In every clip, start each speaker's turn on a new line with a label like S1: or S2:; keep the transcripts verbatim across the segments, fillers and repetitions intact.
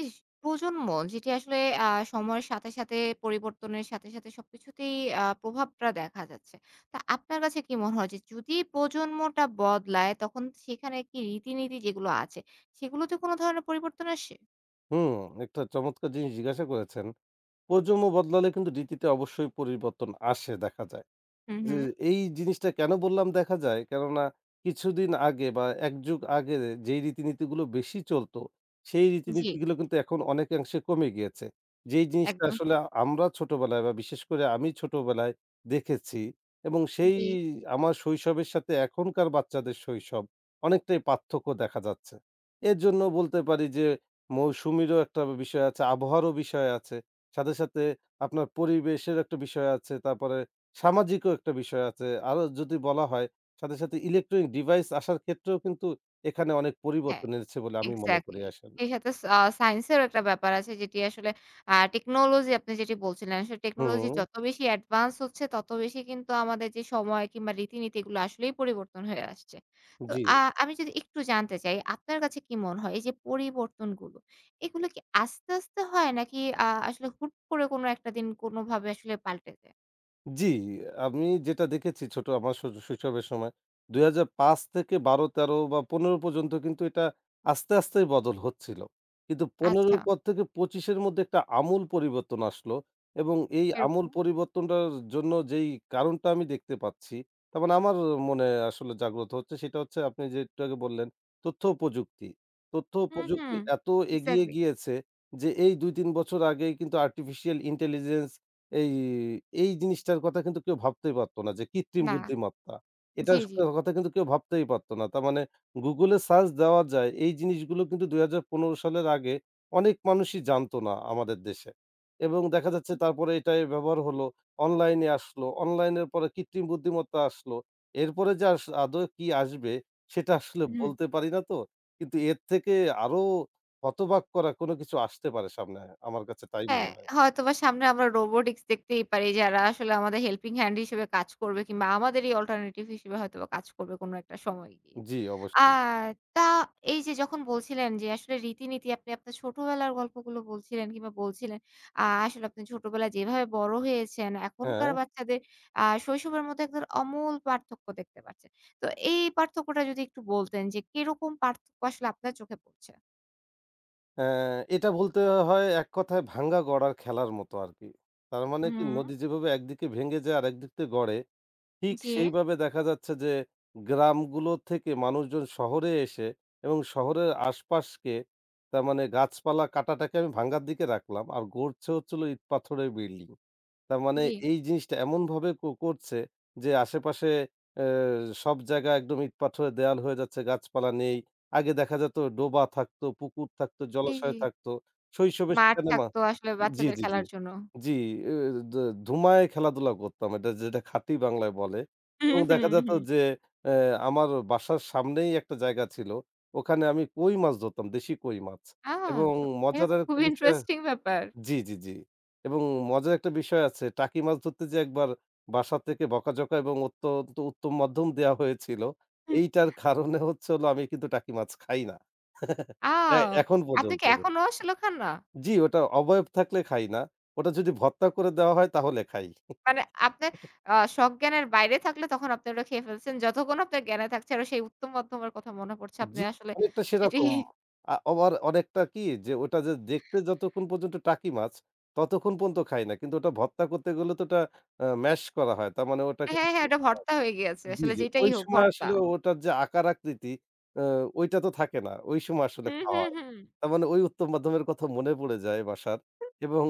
S1: ইস! প্রজন্ম যেটি আসলে আ সময়ের সাথে, সাথে পরিবর্তনের সাথে, সাথে সবকিছুতেই আ প্রভাবটা দেখা যাচ্ছে। তা আপনার কাছে কি মনে হয় যে যদি প্রজন্মটা বদলায় তখন সেখানে কি রীতিনীতি যেগুলো আছে সেগুলোতে কোন ধরনের পরিবর্তন আসে?
S2: হুম, একটা চমৎকার জিনিস জিজ্ঞাসা করেছেন। প্রজন্ম বদলালে কিন্তু রীতিতে অবশ্যই পরিবর্তন আসে দেখা যায়।
S1: হুম,
S2: যে
S1: হুম।
S2: এই জিনিসটা কেনো বললাম দেখা যায়, কেননা কিছুদিন আগে বা এক যুগ আগে যেই রীতিনীতিগুলো বেশি চলতো, সেই
S1: জি,
S2: রীতিনীতিগুলো কিন্তু এখন অনেকাংশে কমে গিয়েছে। যেই জিনিসটা
S1: একদম
S2: আসলে
S1: ঠিক।
S2: আমরা ছোটবেলায় বা বিশেষ করে আমি ছোটবেলায় দেখেছি এবং সেই
S1: জি,
S2: আমার শৈশবের সাথে এখনকার বাচ্চাদের শৈশব অনেকটাই পার্থক্য দেখা যাচ্ছে। এর জন্য বলতে পারি যে মৌসুমিরও একটা বিষয় আছে, আবহাওয়ারও বিষয় আছে। সাথে, সাথে আপনার পরিবেশের একটা বিষয় আছে। তারপরে সামাজিকও একটা বিষয় আছে। আরো যদি বলা হয়, সাথে, সাথে ইলেকট্রনিক ডিভাইস আসার ক্ষেত্রেও কিন্তু এখানে অনেক
S1: হ্যাঁ।
S2: পরিবর্তন এনেছে বলে আমি মনে করি
S1: এক্সাক্টলি।
S2: আসলে।
S1: এর সাথে সা সায়েন্স এরও একটা ব্যাপার আছে যেটি আসলে আ টেকনোলজি আপনি যেটি বলছিলেন, আসলে টেকনোলজি
S2: হুম,
S1: যত বেশি অ্যাডভান্স হচ্ছে তত বেশি কিন্তু আমাদের যে সময় কিংবা রীতিনীতি এগুলো আসলেই পরিবর্তন হয়ে আসছে। তো
S2: জি।
S1: আ আমি যদি একটু জানতে চাই আপনার কাছে কি মনে হয় এই যে পরিবর্তনগুলো, এগুলো কি আস্তে, আস্তে হয় নাকি আ আসলে হুট করে কোনো একটা দিন কোনোভাবে আসলে পাল্টে যায়?
S2: জি, আমি যেটা দেখেছি ছোট আমার শৈ শৈশবের সময় দুই হাজার পাঁচ থেকে বারো, তেরো বা পনেরো পর্যন্ত কিন্তু এটা আস্তে, আস্তেই বদল হচ্ছিল। কিন্তু পনেরো র
S1: আচ্ছা,
S2: পর থেকে পঁচিশ এর মধ্যে একটা আমূল পরিবর্তন আসলো এবং এই আমূল
S1: এরকম।
S2: পরিবর্তনটার জন্য যেই কারণটা আমি দেখতে পাচ্ছি, তার মানে আমার মনে আসলে জাগ্রত হচ্ছে সেটা হচ্ছে আপনি যে একটু আগে বললেন তথ্য প্রযুক্তি। তথ্য
S1: হুম,
S2: প্রযুক্তি
S1: হুম।
S2: এত এগিয়ে
S1: এক্সাক্টলি।
S2: গিয়েছে যে এই দুই তিন বছর আগেই কিন্তু আর্টিফিশিয়াল ইন্টেলিজেন্স এই, এই জিনিসটার কথা কিন্তু কেউ ভাবতেই পারত না যে কৃত্রিম
S1: না।
S2: বুদ্ধিমত্তা।
S1: জি,
S2: এটার স-
S1: জি।
S2: কথা কিন্তু কেউ ভাবতেই পারত না। তার মানে গুগল এ সার্চ দেওয়া যায় এই জিনিসগুলো কিন্তু দুই হাজার পনেরো সালের আগে অনেক মানুষই জানত না আমাদের দেশে। এবং দেখা যাচ্ছে তারপরে এটাই ব্যবহার হলো, অনলাইনে আসলো, অনলাইনের পরে কৃত্রিম বুদ্ধিমত্তা আসলো। এরপরে যে আস আদৌ কি আসবে সেটা আসলে
S1: হুম।
S2: বলতে পারি না তো। কিন্তু এর থেকে আরো হতবাক করা কোনো কিছু আসতে পারে সামনে। আমার কাছে তাই
S1: হ্যাঁ,
S2: মনে হয়।
S1: হয়তোবা সামনে আমরা রোবটিক্স দেখতেই পারি যারা আসলে আমাদের হেল্পিং হ্যান্ড হিসেবে কাজ করবে কিংবা আমাদেরই অল্টারনেটিভ হিসেবে হয়তোবা কাজ করবে কোনো একটা সময় গিয়ে।
S2: জি, অবশ্যই।
S1: আর তা এই যে যখন বলছিলেন যে আসলে রীতিনীতি আপনি আপনার ছোটবেলার গল্পগুলো বলছিলেন কিংবা বলছিলেন আ আসলে আপনি ছোটবেলায় যেভাবে বড় হয়েছেন
S2: হ্যাঁ,
S1: এখনকার বাচ্চাদের আ শৈশবের মধ্যে একদম আমূল পার্থক্য দেখতে পাচ্ছেন। তো এই পার্থক্যটা যদি একটু বলতেন যে কিরকম পার্থক্য আসলে আপনার চোখে পড়ছে?
S2: অ্যা এটা বলতে হয় এক কথায় ভাঙ্গা গড়ার খেলার মতো আরকি। তার মানে কি
S1: হুম,
S2: নদী যেভাবে একদিকে ভেঙে যায় আর একদিক থেকে গড়ে, ঠিক
S1: জি,
S2: সেইভাবে দেখা যাচ্ছে যে গ্রামগুলো থেকে মানুষজন শহরে এসে এবং শহরের আশপাশকে তার মানে গাছপালা কাটাটাকে আমি ভাঙ্গার দিকে রাখলাম। আর গড়ছে হচ্ছিল ইট পাথরের বিল্ডিং। তার মানে
S1: জি,
S2: এই জিনিসটা এমনভাবে ক করছে যে আশেপাশে অ্যা সব জায়গা একদম ইট-পাথরে দেয়াল হয়ে যাচ্ছে, গাছপালা নেই। আগে দেখা যেত ডোবা থাকতো, পুকুর থাকতো,
S1: জি, জি।
S2: জলাশয় থাকতো। শৈশবে
S1: মাঠ
S2: সেখানে মা
S1: থাকতো আসলে
S2: জি,
S1: বাচ্চাদের
S2: জি, জি।
S1: খেলার জন্য।
S2: জি, এ দ ধুমায় খেলাধুলা করতাম। এটা যেটা খাঁটি বাংলায় বলে
S1: হুম,
S2: এবং
S1: হুম,
S2: দেখা যেত
S1: হুম।
S2: যে অ্যা আমার বাসার সামনেই একটা জায়গা ছিল। ওখানে আমি কই মাছ ধরতাম, দেশি কই মাছ
S1: আ
S2: এবং
S1: চো এটা তো
S2: মজাদার একটা
S1: খুবই
S2: বিষয়
S1: ইন্টারেস্টিং ব্যাপার।
S2: জি, জি, জি। এবং মজার একটা বিষয় আছে। টাকি মাছ ধরতে যেয়ে একবার বাসা থেকে বকাঝকা এবং অত্যন্ত উত্তম মাধ্যম দেয়া হয়েছিল।
S1: হুম।
S2: এইটার কারণে হচ্ছে হলো আমি কিন্তু টাকি মাছ খাই না। এ
S1: আও
S2: এখন
S1: আপনি
S2: পর্যন্ত।
S1: কি এখনো আসলে খান না?
S2: জি, ওটা অবয়ব থাকলে খাই না। ওটা যদি ভর্তা করে দেওয়া হয় তাহলে খাই।
S1: মানে আপনার আ সজ্ঞানের বাইরে থাকলে তখন আপনি ওটা খেয়ে ফেলছেন। যতক্ষণ আপনার জ্ঞানে থাকছে আরো সেই উত্তম মধ্যমের কথা মনে পড়ছে। আপনি
S2: জি,
S1: আসলে
S2: অনেকটা
S1: সেটি
S2: সেরকম। আ আবার অনেকটা কি যে ওটা যে দেখতে যতক্ষণ পর্যন্ত টাকি মাছ ততক্ষণ পর্যন্ত খাই না। কিন্তু ওটা ভর্তা করতে গেলে তো ওটা আ ম্যাশ করা হয়। তার মানে ওটাকে
S1: হ্যাঁ, হ্যাঁ
S2: মিশিয়ে
S1: ওটা
S2: ফেলা হয়।
S1: ভর্তা হয়ে গিয়েছে।
S2: জি,
S1: আসলে
S2: জি।
S1: যেটাই
S2: ওই
S1: হোক
S2: সময়
S1: ভর্তা।
S2: আসলে ওটার যে আকার আকৃতি আ ওইটা তো থাকে না। ওই সময় আসলে
S1: হুম,
S2: খাওয়া
S1: হুম,
S2: হয়।
S1: হুম।
S2: তার মানে ওই উত্তম মাধ্যমের কথা মনে পড়ে যায় বাসার এবং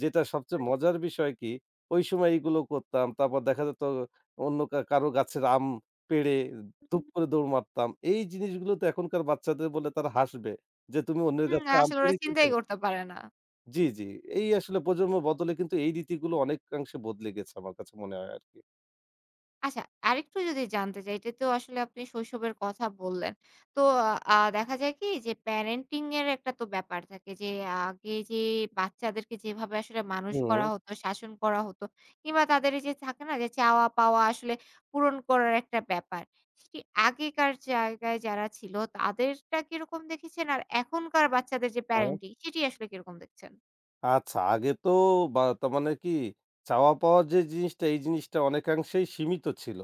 S2: যেটা সবচেয়ে মজার বিষয় কি ওই সময় এইগুলো করতাম। তারপর দেখা যেত অন্য কা কারো গাছের আম পেড়ে ধুপ করে দৌড় মারতাম। এই জিনিসগুলো তো এখনকার বাচ্চাদের বললে তারা হাসবে যে, "তুমি অন্যের
S1: হুম,
S2: গাছে আম
S1: আসলে ওরা
S2: পেড়ে খেতে?"
S1: চিন্তাই করতে পারে না।
S2: জি, জি। এই আসলে প্রজন্ম বদলে কিন্তু এই রীতিগুলো অনেকাংশে বদলে গেছে আমার কাছে মনে হয় আরকি।
S1: আচ্ছা, আরেকটু যদি জানতে চাই, এটা তো আসলে আপনি শৈশবের কথা বললেন। তো আ দেখা যায় কি যে প্যারেন্টিং এর একটা তো ব্যাপার থাকে যে আগে যে বাচ্চাদেরকে যেভাবে আসলে মানুষ
S2: হুম,
S1: করা হতো, শাসন করা হতো কিংবা তাদের এই যে থাকে না যে চাওয়া-পাওয়া আসলে পূরণ করার একটা ব্যাপার। সেটি আগেকার জায়গায় যারা ছিল তাদেরটা কিরকম দেখেছেন? আর এখনকার বাচ্চাদের যে
S2: হ্যাঁ।
S1: প্যারেন্টিং সেটি আসলে কিরকম দেখছেন?
S2: আচ্ছা, আগে তো বা তার মানে কি চাওয়া পাওয়ার যে জিনিসটা, এই জিনিসটা অনেকাংশেই সীমিত ছিল।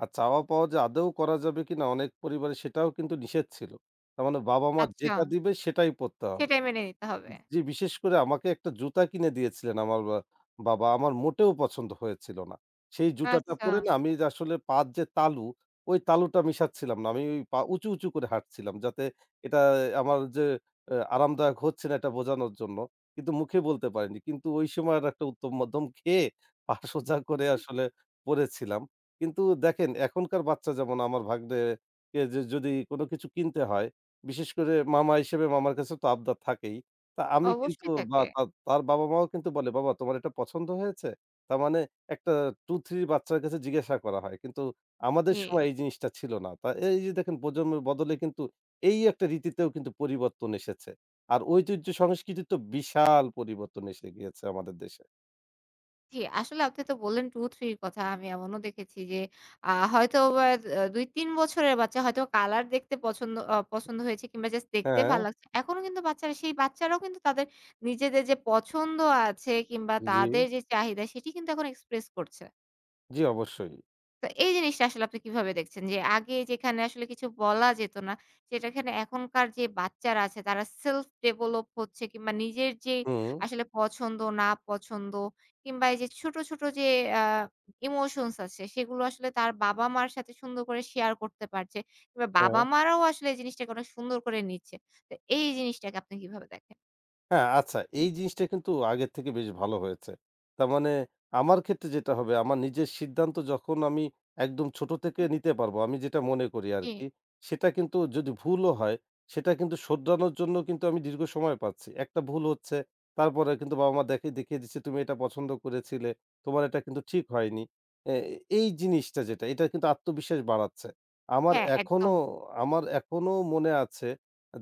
S2: আর চাওয়া পাওয়া যে আদৌ করা যাবে কিনা অনেক পরিবারে সেটাও কিন্তু নিষেধ ছিল। তার মানে বাবা-মা
S1: আচ্ছা,
S2: যেটা দিবে সেটাই পড়তে হবে।
S1: সেটাই মেনে নিতে হবে।
S2: জি, বিশেষ করে আমাকে একটা জুতা কিনে দিয়েছিলেন আমার বা বাবা। আমার মোটেও পছন্দ হয়েছিল না। সেই জুতাটা
S1: আচ্ছা,
S2: পরে না আমি আসলে পা র যে তালু, ওই তালুটা মিশাচ্ছিলাম না। আমি ওই পা উঁচু, উঁচু করে হাঁটছিলাম যাতে এটা আমার যে এ আরামদায়ক হচ্ছে না এটা বোঝানোর জন্য। কিন্তু মুখে বলতে পারিনি। কিন্তু ওই সময়ের একটা উত্তম মধ্যম খেয়ে পা সোজা করে আসলে পড়েছিলাম। কিন্তু দেখেন এখনকার বাচ্চা যেমন আমার ভাগ্নেকে যে যদি কোনো কিছু কিনতে হয়, বিশেষ করে মামা হিসেবে মামার কাছে তো আবদার থাকেই। তা আমি কিন্তু
S1: অবশ্যই
S2: বা
S1: থাকে।
S2: তা তার বাবা-মাও কিন্তু বলে, "বাবা তোমার এটা পছন্দ হয়েছে?" তার মানে একটা দুই, তিন বাচ্চার কাছে জিজ্ঞাসা করা হয়। কিন্তু আমাদের
S1: জি।
S2: সময় এই জিনিসটা ছিল না। তা এই যে দেখেন প্রজন্মের বদলে কিন্তু এই একটা রীতিতেও কিন্তু পরিবর্তন এসেছে। আর ঐতিহ্য সংস্কৃতির তো বিশাল পরিবর্তন এসে গিয়েছে আমাদের দেশে।
S1: জি, আসলে আপনি তো বললেন দুই তিন র কথা। আমি এমনও দেখেছি যে আ হয়তো বা আ দুই তিন বছরের বাচ্চা হয়তো কালার দেখতে পছন্দ আ পছন্দ হয়েছে কিংবা জাস্ট দেখতে
S2: হ্যাঁ,
S1: ভাল লাগছে। এখনো কিন্তু বাচ্চারা সেই বাচ্চারাও কিন্তু তাদের নিজেদের যে পছন্দ আছে কিংবা
S2: জি,
S1: তাদের যে চাহিদা সেটি কিন্তু এখন এক্সপ্রেস করছে।
S2: জি অবশ্যই।
S1: তো এই জিনিসটা আসলে আপনি কিভাবে দেখছেন? যে আগে যেখানে আসলে কিছু বলা যেত না, সেটাখানে এখনকার যে বাচ্চারা আছে তারা self develop হচ্ছে কিংবা নিজের যে
S2: হুম,
S1: আসলে পছন্দ, না পছন্দ কিংবা এই যে ছোট, ছোট যে আ ইমোশনস আছে সেগুলো আসলে তার বাবা-মার সাথে সুন্দর করে শেয়ার করতে পারছে। কিংবা
S2: হ্যাঁ।
S1: বাবা-মারাও আসলে এই জিনিসটাকে অনেক সুন্দর করে নিচ্ছে। তো এই জিনিসটাকে আপনি কিভাবে দেখেন?
S2: হ্যাঁ, আচ্ছা এই জিনিসটা কিন্তু আগের থেকে বেশ ভালো হয়েছে। তার মানে আমার ক্ষেত্রে যেটা হবে আমার নিজের সিদ্ধান্ত যখন আমি একদম ছোট থেকে
S1: হুম,
S2: নিতে পারবো, আমি যেটা মনে করি
S1: জি,
S2: আরকি। সেটা কিন্তু যদি ভুলও হয়, সেটা কিন্তু শোধরানোর জন্য কিন্তু আমি দীর্ঘ সময় পাচ্ছি। একটা ভুল হচ্ছে, তারপরে কিন্তু বাবা-মা দেখে দেখিয়ে দিচ্ছে, "তুমি এটা পছন্দ করেছিলে, তোমার এটা কিন্তু ঠিক হয়নি।" এ এই জিনিসটা যেটা, এটা কিন্তু আত্মবিশ্বাস বাড়াচ্ছে। আমার
S1: হ্যাঁ,
S2: এখনো
S1: একদম।
S2: আমার এখনো মনে আছে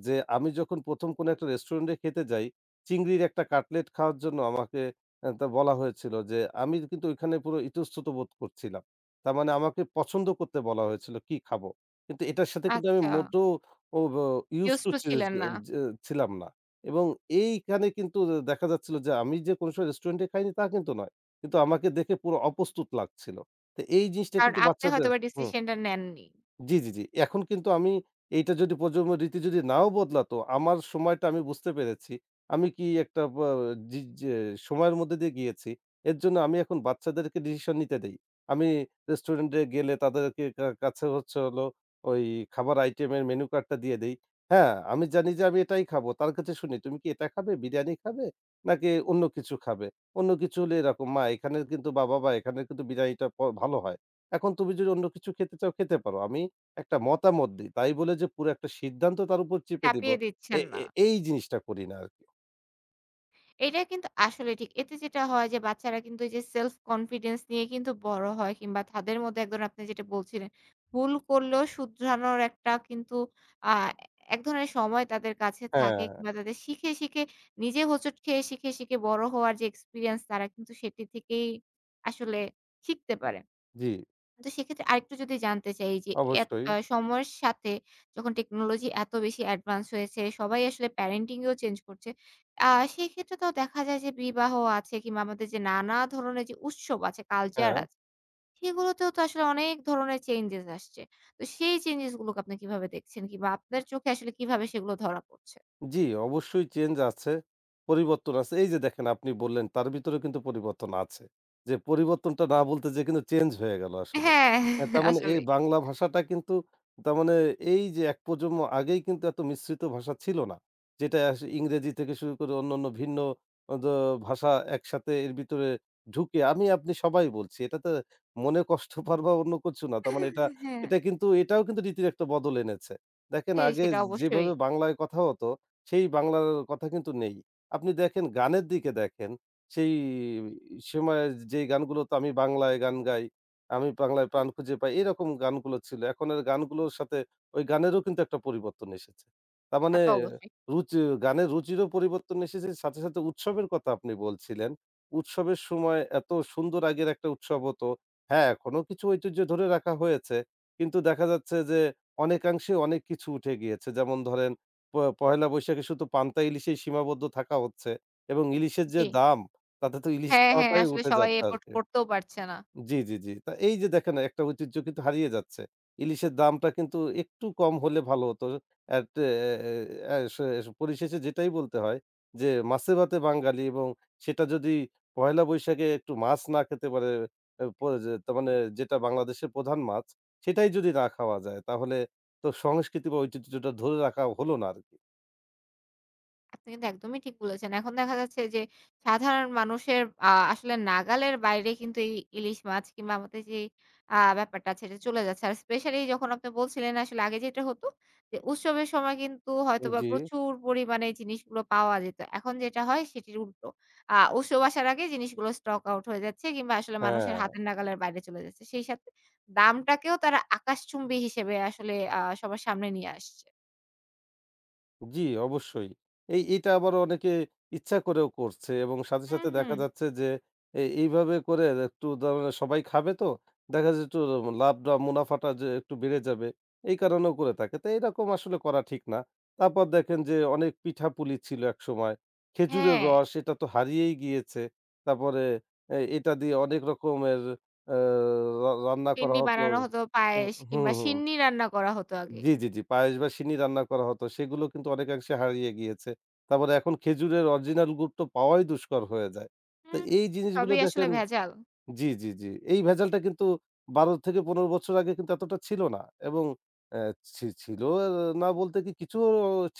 S2: যে আমি যখন প্রথম কোনো একটা রেস্টুরেন্টে খেতে যাই চিংড়ির একটা কাটলেট খাওয়ার জন্য আমাকে অ্যা তা বলা হয়েছিল যে আমি কিন্তু ওইখানে পুরো ইতস্তত বোধ করছিলাম। তার মানে আমাকে পছন্দ করতে বলা হয়েছিল কি খাবো। কিন্তু এটার সাথে কিন্তু আমি
S1: আচ্ছা,
S2: মোটেও ও ব used
S1: used
S2: to
S1: to
S2: চি
S1: ছিলেন
S2: জি
S1: না।
S2: জি ছিলাম না। এবং এইখানে কিন্তু দেখা যাচ্ছিল যে আমি যে কোনো সময় রেস্টুরেন্টে খাইনি তা কিন্তু নয়। কিন্তু আমাকে দেখে পুরো অপ্রস্তুত লাগছিল। তো এই জিনিসটা
S1: কারণ
S2: কিন্তু
S1: আপনি
S2: বাচ্চাদের
S1: হয়তোবা
S2: হুম।
S1: ডিসিশনটা নেননি।
S2: জি, জি, জি। এখন কিন্তু আমি এইটা যদি প্রজন্ম রীতি যদি নাও বদলাতো, আমার সময়টা আমি বুঝতে পেরেছি। আমি কি একটা বা জি যে সময়ের মধ্যে দিয়ে গিয়েছি। এর জন্য আমি এখন বাচ্চাদেরকে ডিসিশন নিতে দেই। আমি রেস্টুরেন্টে গেলে তাদেরকে কা কাছে হচ্ছে হলো ওই খাবার আইটেমের মেনু কার্ডটা দিয়ে দেই। হ্যাঁ, আমি জানি যে আমি এটাই খাবো। তার কাছে শুনি, "তুমি কি এটা খাবে? বিরিয়ানি খাবে? নাকি অন্য কিছু খাবে?" অন্য কিছু হলে এরকম, "মা এখানের কিন্তু বা বাবা এখানের কিন্তু বিরিয়ানিটা প ভালো হয়। এখন তুমি যদি অন্য কিছু খেতে চাও খেতে পারো। আমি একটা মতামত দিই। তাই বলে যে পুরো একটা সিদ্ধান্ত তার উপর চেপে দিব।
S1: চাপিয়ে
S2: এ
S1: দিচ্ছেন
S2: এ
S1: না।
S2: এই জিনিসটা করি না আরকি।
S1: এটা কিন্তু আসলে ঠিক। এতে যেটা হয় যে বাচ্চারা কিন্তু এই যে সেলফ কনফিডেন্স নিয়ে কিন্তু বড় হয় কিংবা তাদের মধ্যে একজন আপনি যেটা বলছিলেন, ভুল করলেও শুধরানোর একটা কিন্তু আ এক ধরনের সময় তাদের কাছে থাকে
S2: হ্যাঁ,
S1: কিংবা তাদের শিখে, শিখে নিজে হোঁচট খেয়ে শিখে, শিখে বড় হওয়ার যে এক্সপেরিয়েন্স তারা কিন্তু সেটি থেকেই আসলে শিখতে পারে।
S2: জি,
S1: তো সেক্ষেত্রে আরেকটু যদি জানতে চাই যে এত
S2: অবশ্যই।
S1: আ সময়ের সাথে যখন টেকনোলজি এত বেশি অ্যাডভান্স হয়েছে, সবাই আসলে প্যারেন্টিং এও চেঞ্জ করছে। আ সেক্ষেত্রে তো দেখা যায় যে বিবাহ আছে কিংবা আমাদের যে নানা ধরনের যে উৎসব আছে, কালচার
S2: হ্যাঁ।
S1: আছে, সেগুলোতেও তো আসলে অনেক ধরনের চেঞ্জেস আসছে। তো সেই চেঞ্জেস গুলোকে আপনি কিভাবে দেখছেন? কিংবা আপনার চোখে আসলে কিভাবে সেগুলো ধরা পড়ছে?
S2: জি, অবশ্যই চেঞ্জ আছে, পরিবর্তন আছে। এই যে দেখেন আপনি বললেন তার ভিতরেও কিন্তু পরিবর্তন আছে। যে পরিবর্তনটা না বলতে যেয়ে কিন্তু চেঞ্জ হয়ে গেল আসলে।
S1: হ্যাঁ,
S2: অ্যা তার মানে এই
S1: আসলেই।
S2: বাংলা ভাষাটা কিন্তু তার মানে এই যে এক প্রজন্ম আগেই কিন্তু এত মিশ্রিত ভাষা ছিল না। যেটা আস ইংরেজি থেকে শুরু করে অন্যান্য ভিন্ন অ দ ভাষা একসাথে এর ভিতরে ঢুকে আমি আপনি সবাই বলছি। এটাতে মনে কষ্ট পাওয়ার বা অন্য কিছু না। তার মানে এটা
S1: হ্যাঁ,
S2: এটা কিন্তু এটাও কিন্তু রীতির একটা বদল এনেছে। দেখেন
S1: হ্যাঁ,
S2: আগে
S1: সেটা অবশ্যই।
S2: যেভাবে বাংলায় কথা হতো সেই বাংলার কথা কিন্তু নেই। আপনি দেখেন গানের দিকে দেখেন, সেই সময়ে যেই গানগুলোতে আমি বাংলায় গান গাই, আমি বাংলায় প্রাণ খুঁজে পাই এরকম গানগুলো ছিল। এখন এর গানগুলোর সাথে ওই গানেরও কিন্তু একটা পরিবর্তন এসেছে। তার
S1: তা
S2: মানে
S1: তো অবশ্যই।
S2: রুচি গানের রুচিরও পরিবর্তন এসেছে সাথে, সাথে উৎসবের কথা আপনি বলছিলেন। উৎসবের সময় এত সুন্দর আগের একটা উৎসব হতো। হ্যাঁ, এখনো কিছু ঐতিহ্য ধরে রাখা হয়েছে। কিন্তু দেখা যাচ্ছে যে অনেকাংশে অনেক কিছু উঠে গিয়েছে। যেমন ধরেন প পহেলা বৈশাখে শুধু পান্তা ইলিশেই সীমাবদ্ধ থাকা হচ্ছে এবং ইলিশের যে
S1: জি।
S2: দাম তাতে তো ইলিশ
S1: হ্যাঁ, হ্যাঁ,
S2: খাওয়াটাই
S1: আসলে
S2: উঠে
S1: সবাই
S2: যাচ্ছে
S1: এফোর্ড
S2: আরকি।
S1: করতেও পারছে না।
S2: জি, জি, জি। তা এই যে দেখেন একটা ঐতিহ্য কিন্তু হারিয়ে যাচ্ছে। ইলিশের দামটা কিন্তু একটু কম হলে ভালো হতো। এট এ এ এ এ পরিশেষে যেটাই বলতে হয় যে মাছে ভাতে বাঙালি এবং সেটা যদি পহেলা বৈশাখে একটু মাছ না খেতে পারে এ প যে তার মানে যেটা বাংলাদেশের প্রধান মাছ সেটাই যদি না খাওয়া যায় তাহলে তো সংস্কৃতি বা ঐতিহ্যটা ধরে রাখা হলো না আরকি।
S1: আপনি কিন্তু একদমই ঠিক বলেছেন। এখন দেখা যাচ্ছে যে সাধারণ মানুষের আ আসলে নাগালের বাইরে কিন্তু এই ইলিশ মাছ কিংবা আমাদের যে আ ব্যাপারটা আছে এটা চলে যাচ্ছে। আর স্পেশালি যখন আপনি বলছিলেন আসলে আগে যেটা হতো যে উৎসবের সময় কিন্তু হয়তোবা
S2: জি,
S1: প্রচুর পরিমাণে জিনিসগুলো পাওয়া যেত। এখন যেটা হয় সেটির উল্টো। আ উৎসব আসার আগে জিনিসগুলো স্টক আউট হয়ে যাচ্ছে কিংবা আসলে মানুষের
S2: হ্যাঁ,
S1: হাতের নাগালের বাইরে চলে যাচ্ছে। সেই সাথে দামটাকেও তারা আকাশচুম্বী হিসেবে আসলে আ সবার সামনে নিয়ে আসছে।
S2: জি অবশ্যই। এই এটা আবার অনেকে ইচ্ছা করেও করছে এবং সাথে, সাথে
S1: হুম,
S2: দেখা
S1: হুম।
S2: যাচ্ছে যে এ এইভাবে করে একটু ধরেন সবাই খাবে তো দেখা যাচ্ছে একটু লাভটা মুনাফাটা যে একটু বেড়ে যাবে এই কারণেও করে থাকে। তো এরকম আসলে করা ঠিক না। তারপর দেখেন যে অনেক পিঠাপুলি ছিল একসময়। খেজুরের
S1: হ্যাঁ।
S2: রস এটা তো হারিয়েই গিয়েছে। তারপরে এ এটা দিয়ে অনেক রকমের আ রা রান্না করা
S1: ফিরনি
S2: হতো।
S1: বানানো হতো,
S2: উ
S1: পায়েস
S2: হুম,
S1: কিংবা
S2: হুম।
S1: সিন্নি রান্না করা হতো আগে।
S2: জি, জি, জি। পায়েস বা সিন্নি রান্না করা হতো। সেগুলো কিন্তু অনেকাংশে হারিয়ে গিয়েছে। তারপরে এখন খেজুরের অরিজিনাল গুড় তো পাওয়াই দুষ্কর হয়ে যায়। তো
S1: হুম,
S2: এই জিনিসগুলো
S1: সবই আসলে
S2: দেখেন
S1: ভেজাল।
S2: জি, জি, জি। এই ভেজালটা কিন্তু বারো পনেরো বছর আগে কিন্তু এতটা ছিল না এবং অ্যা ছি ছিল না বলতে কি কিছু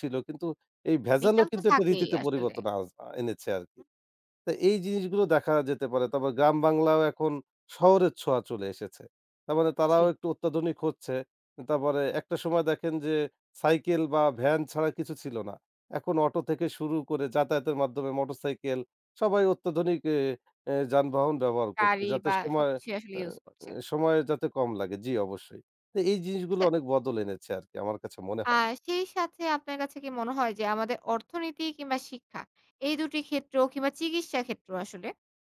S2: ছিল। কিন্তু এই ভেজালও
S1: ভেজাল তো
S2: কিন্তু একটা
S1: থাকেই
S2: রীতিতে
S1: আসলে।
S2: পরিবর্তন আজ এনেছে আরকি।
S1: হুম,
S2: তো এই জিনিসগুলো দেখা যেতে পারে। তারপর গ্রাম বাংলাও এখন শহরের ছোঁয়া চলে এসেছে। তার মানে
S1: জি।
S2: তারাও একটু অত্যাধুনিক হচ্ছে। তারপরে একটা সময় দেখেন যে সাইকেল বা ভ্যান ছাড়া কিছু ছিল না। এখন অটো থেকে শুরু করে যাতায়াতের মাধ্যমে মোটরসাইকেল সবাই অত্যাধুনিক এ এ যানবাহন ব্যবহার করছে।
S1: কারি
S2: যাতে
S1: বা
S2: সময়
S1: সবকিছুই আসলে
S2: আ
S1: ইউজ করছে।
S2: সময় যাতে কম লাগে। জি, অবশ্যই। তো এই জিনিসগুলো
S1: আচ্ছা,
S2: অনেক বদল এনেছে আরকি আমার কাছে মনে
S1: আ
S2: হয়।
S1: সেই সাথে আপনার কাছে কি মনে হয় যে আমাদের অর্থনীতি কিংবা শিক্ষা এই দুই টি ক্ষেত্র কিংবা চিকিৎসা ক্ষেত্র আসলে,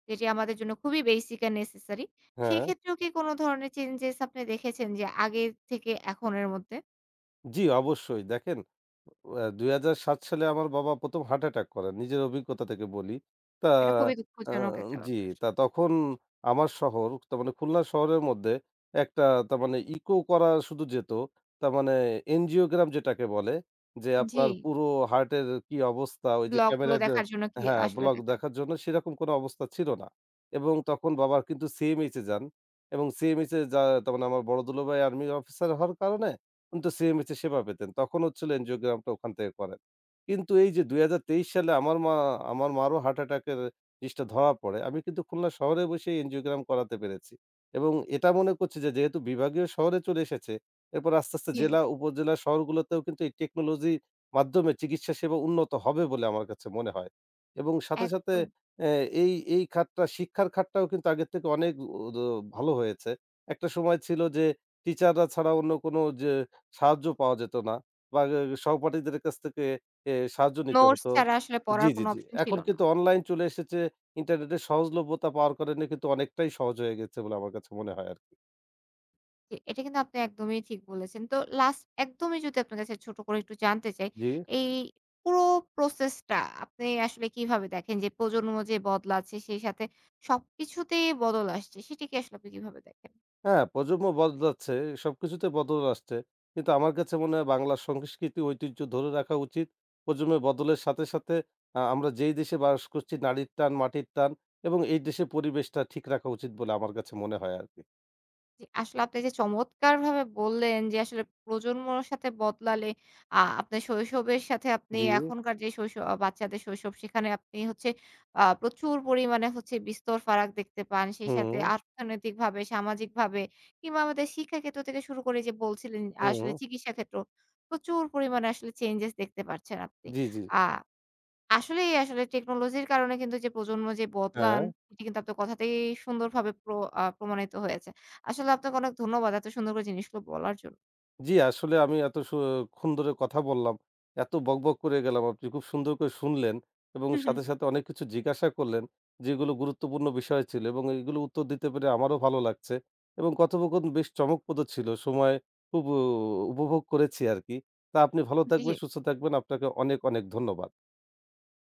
S1: যেটি আমাদের জন্য খুবই বেসিক অ্যান্ড নেসেসারি। সেই
S2: হ্যাঁ,
S1: ক্ষেত্রেও কি কোন ধরনের চেঞ্জেস আপনি দেখেছেন যে আগের থেকে এখনের মধ্যে?
S2: জি অবশ্যই। দেখেন আ দুই হাজার সাত সালে আমার বাবা প্রথম হার্ট অ্যাটাক করেন। নিজের অভিজ্ঞতা থেকে বলি। তা
S1: এটা খুবই
S2: আ
S1: দুঃখজনক একটা
S2: জি,
S1: ব্যাপার
S2: তা
S1: আসলে।
S2: তখন আমার শহর তার মানে খুলনা শহরের মধ্যে একটা তার মানে ইকো করা শুধু যেত। তার মানে এনজিওগ্রাম যেটাকে বলে যে
S1: জি,
S2: আপনার পুরো হার্টের কি অবস্থা ওই যে
S1: ব্লগগুলো
S2: ক্যামেরার ড
S1: দেখার জন্য কি
S2: হ্যাঁ,
S1: আসলে
S2: ব্লক
S1: দেখা
S2: দেখার জন্য সেরকম কোনো অবস্থা ছিল না। এবং তখন বাবা কিন্তু সি এম এইচে যান এবং সি এম এইচে যা তার মানে আমার বড় দুলাভাই আর্মি অফিসার হওয়ার কারণে কিন্তু সি এম এইচে সেবা পেতেন। তখন হচ্ছিল এনজিওগ্রামটা ওখান থেকে করেন। কিন্তু এই যে দুই হাজার তেইশ সালে আমার মা আমার মারও হার্ট অ্যাটাকের জিনিসটা ধরা পড়ে। আমি কিন্তু খুলনা শহরে বসেই এনজিওগ্রাম করাতে পেরেছি। এবং এটা মনে করছি যে যেহেতু বিভাগীয় শহরে চলে এসেছে, এরপর আস্তে, আস্তে
S1: জি,
S2: জেলা, উপজেলা শহরগুলোতেও কিন্তু এই টেকনোলজির মাধ্যমে চিকিৎসা সেবা উন্নত হবে বলে আমার কাছে মনে হয়। এবং সাথে, সাথে
S1: একদম।
S2: অ্যা এই, এই খাতটা শিক্ষার খাতটাও কিন্তু আগের থেকে অনেক উ দ ভালো হয়েছে। একটা সময় ছিল যে টিচাররা ছাড়া অন্য কোনো যে সাহায্য পাওয়া যেত না বা এ সহপাঠীদের কাছ থেকে এ সাহায্য নিতে
S1: নোটস
S2: হতো।
S1: ছাড়া আসলে
S2: জি,
S1: পড়ার
S2: জি,
S1: কোনো
S2: জি।
S1: অপশন ছিল
S2: এখন
S1: না।
S2: কিন্তু অনলাইন চলে এসেছে। ইন্টারনেটের সহজলভ্যতা পাওয়ার কারণে কিন্তু অনেকটাই সহজ হয়ে গেছে বলে আমার কাছে মনে হয় আরকি।
S1: জি, এটা কিন্তু আপনি একদমই ঠিক বলেছেন। তো লাস্ট একদমই যদি আপনার কাছে ছোট করে একটু জানতে চাই,
S2: জি।
S1: এই পুরো প্রসেসটা আপনি আসলে কিভাবে দেখেন যে প্রজন্ম যে বদলাচ্ছে সেই সাথে সবকিছুতেই বদল আসছে সেটি কি আসলে আপনি কিভাবে দেখেন?
S2: হ্যাঁ, প্রজন্ম বদলাচ্ছে, সবকিছুতে বদল আসছে। কিন্তু আমার কাছে মনে হয় বাংলা সংস্কৃতি ঐতিহ্য ধরে রাখা উচিত। প্রজন্মের বদলের সাথে, সাথে আ আমরা যেই দেশে বাস করছি নারীর টান, মাটির টান এবং এই দেশের পরিবেশটা ঠিক রাখা উচিত বলে আমার কাছে মনে হয় আরকি।
S1: জি, আসলে আপনি যে চমৎকারভাবে বললেন যে আসলে প্রজন্মর সাথে বদলালে আ আপনার শৈশবের সাথে আপনি
S2: জি,
S1: এখনকার যে শৈশব আ বাচ্চাদের শৈশব সেখানে আপনি হচ্ছে আ প্রচুর পরিমাণে হচ্ছে বিস্তর ফারাক দেখতে পান। সেই
S2: হুম,
S1: সাথে অর্থনৈতিকভাবে, সামাজিকভাবে কিংবা আমাদের শিক্ষা ক্ষেত্র থেকে শুরু করে যে বলছিলেন
S2: হুম,
S1: আসলে চিকিৎসা ক্ষেত্র প্রচুর পরিমাণে আসলে চেঞ্জেস দেখতে পাচ্ছেন আপনি।
S2: জি, জি।
S1: আ আসলেই, আসলে টেকনোলজির কারণে কিন্তু যে প্রজন্ম যে
S2: হ্যাঁ,
S1: বদলান, এটি কিন্তু আপনার কথাতেই সুন্দরভাবে প্র আ প্রমাণিত হয়েছে। আসলে আপনাকে অনেক ধন্যবাদ এত সুন্দর করে জিনিসগুলো বলার জন্য।
S2: জি, আসলে আমি এত সু ক্ষণ ধরে কথা বললাম। এত বকবক করে গেলাম। আপনি খুব সুন্দর করে শুনলেন এবং
S1: হু, হু।
S2: সাথে, সাথে অনেক কিছু জিজ্ঞাসা করলেন যেগুলো গুরুত্বপূর্ণ বিষয় ছিল এবং এগুলো উত্তর দিতে পেরে আমারও ভালো লাগছে এবং কথোপকথন বেশ চমকপ্রদ ছিল। সময় খুব উ উপভোগ করেছি আরকি। তা আপনি ভালো থাকবেন,
S1: জি।
S2: সুস্থ থাকবেন। আপনাকে অনেক, অনেক ধন্যবাদ।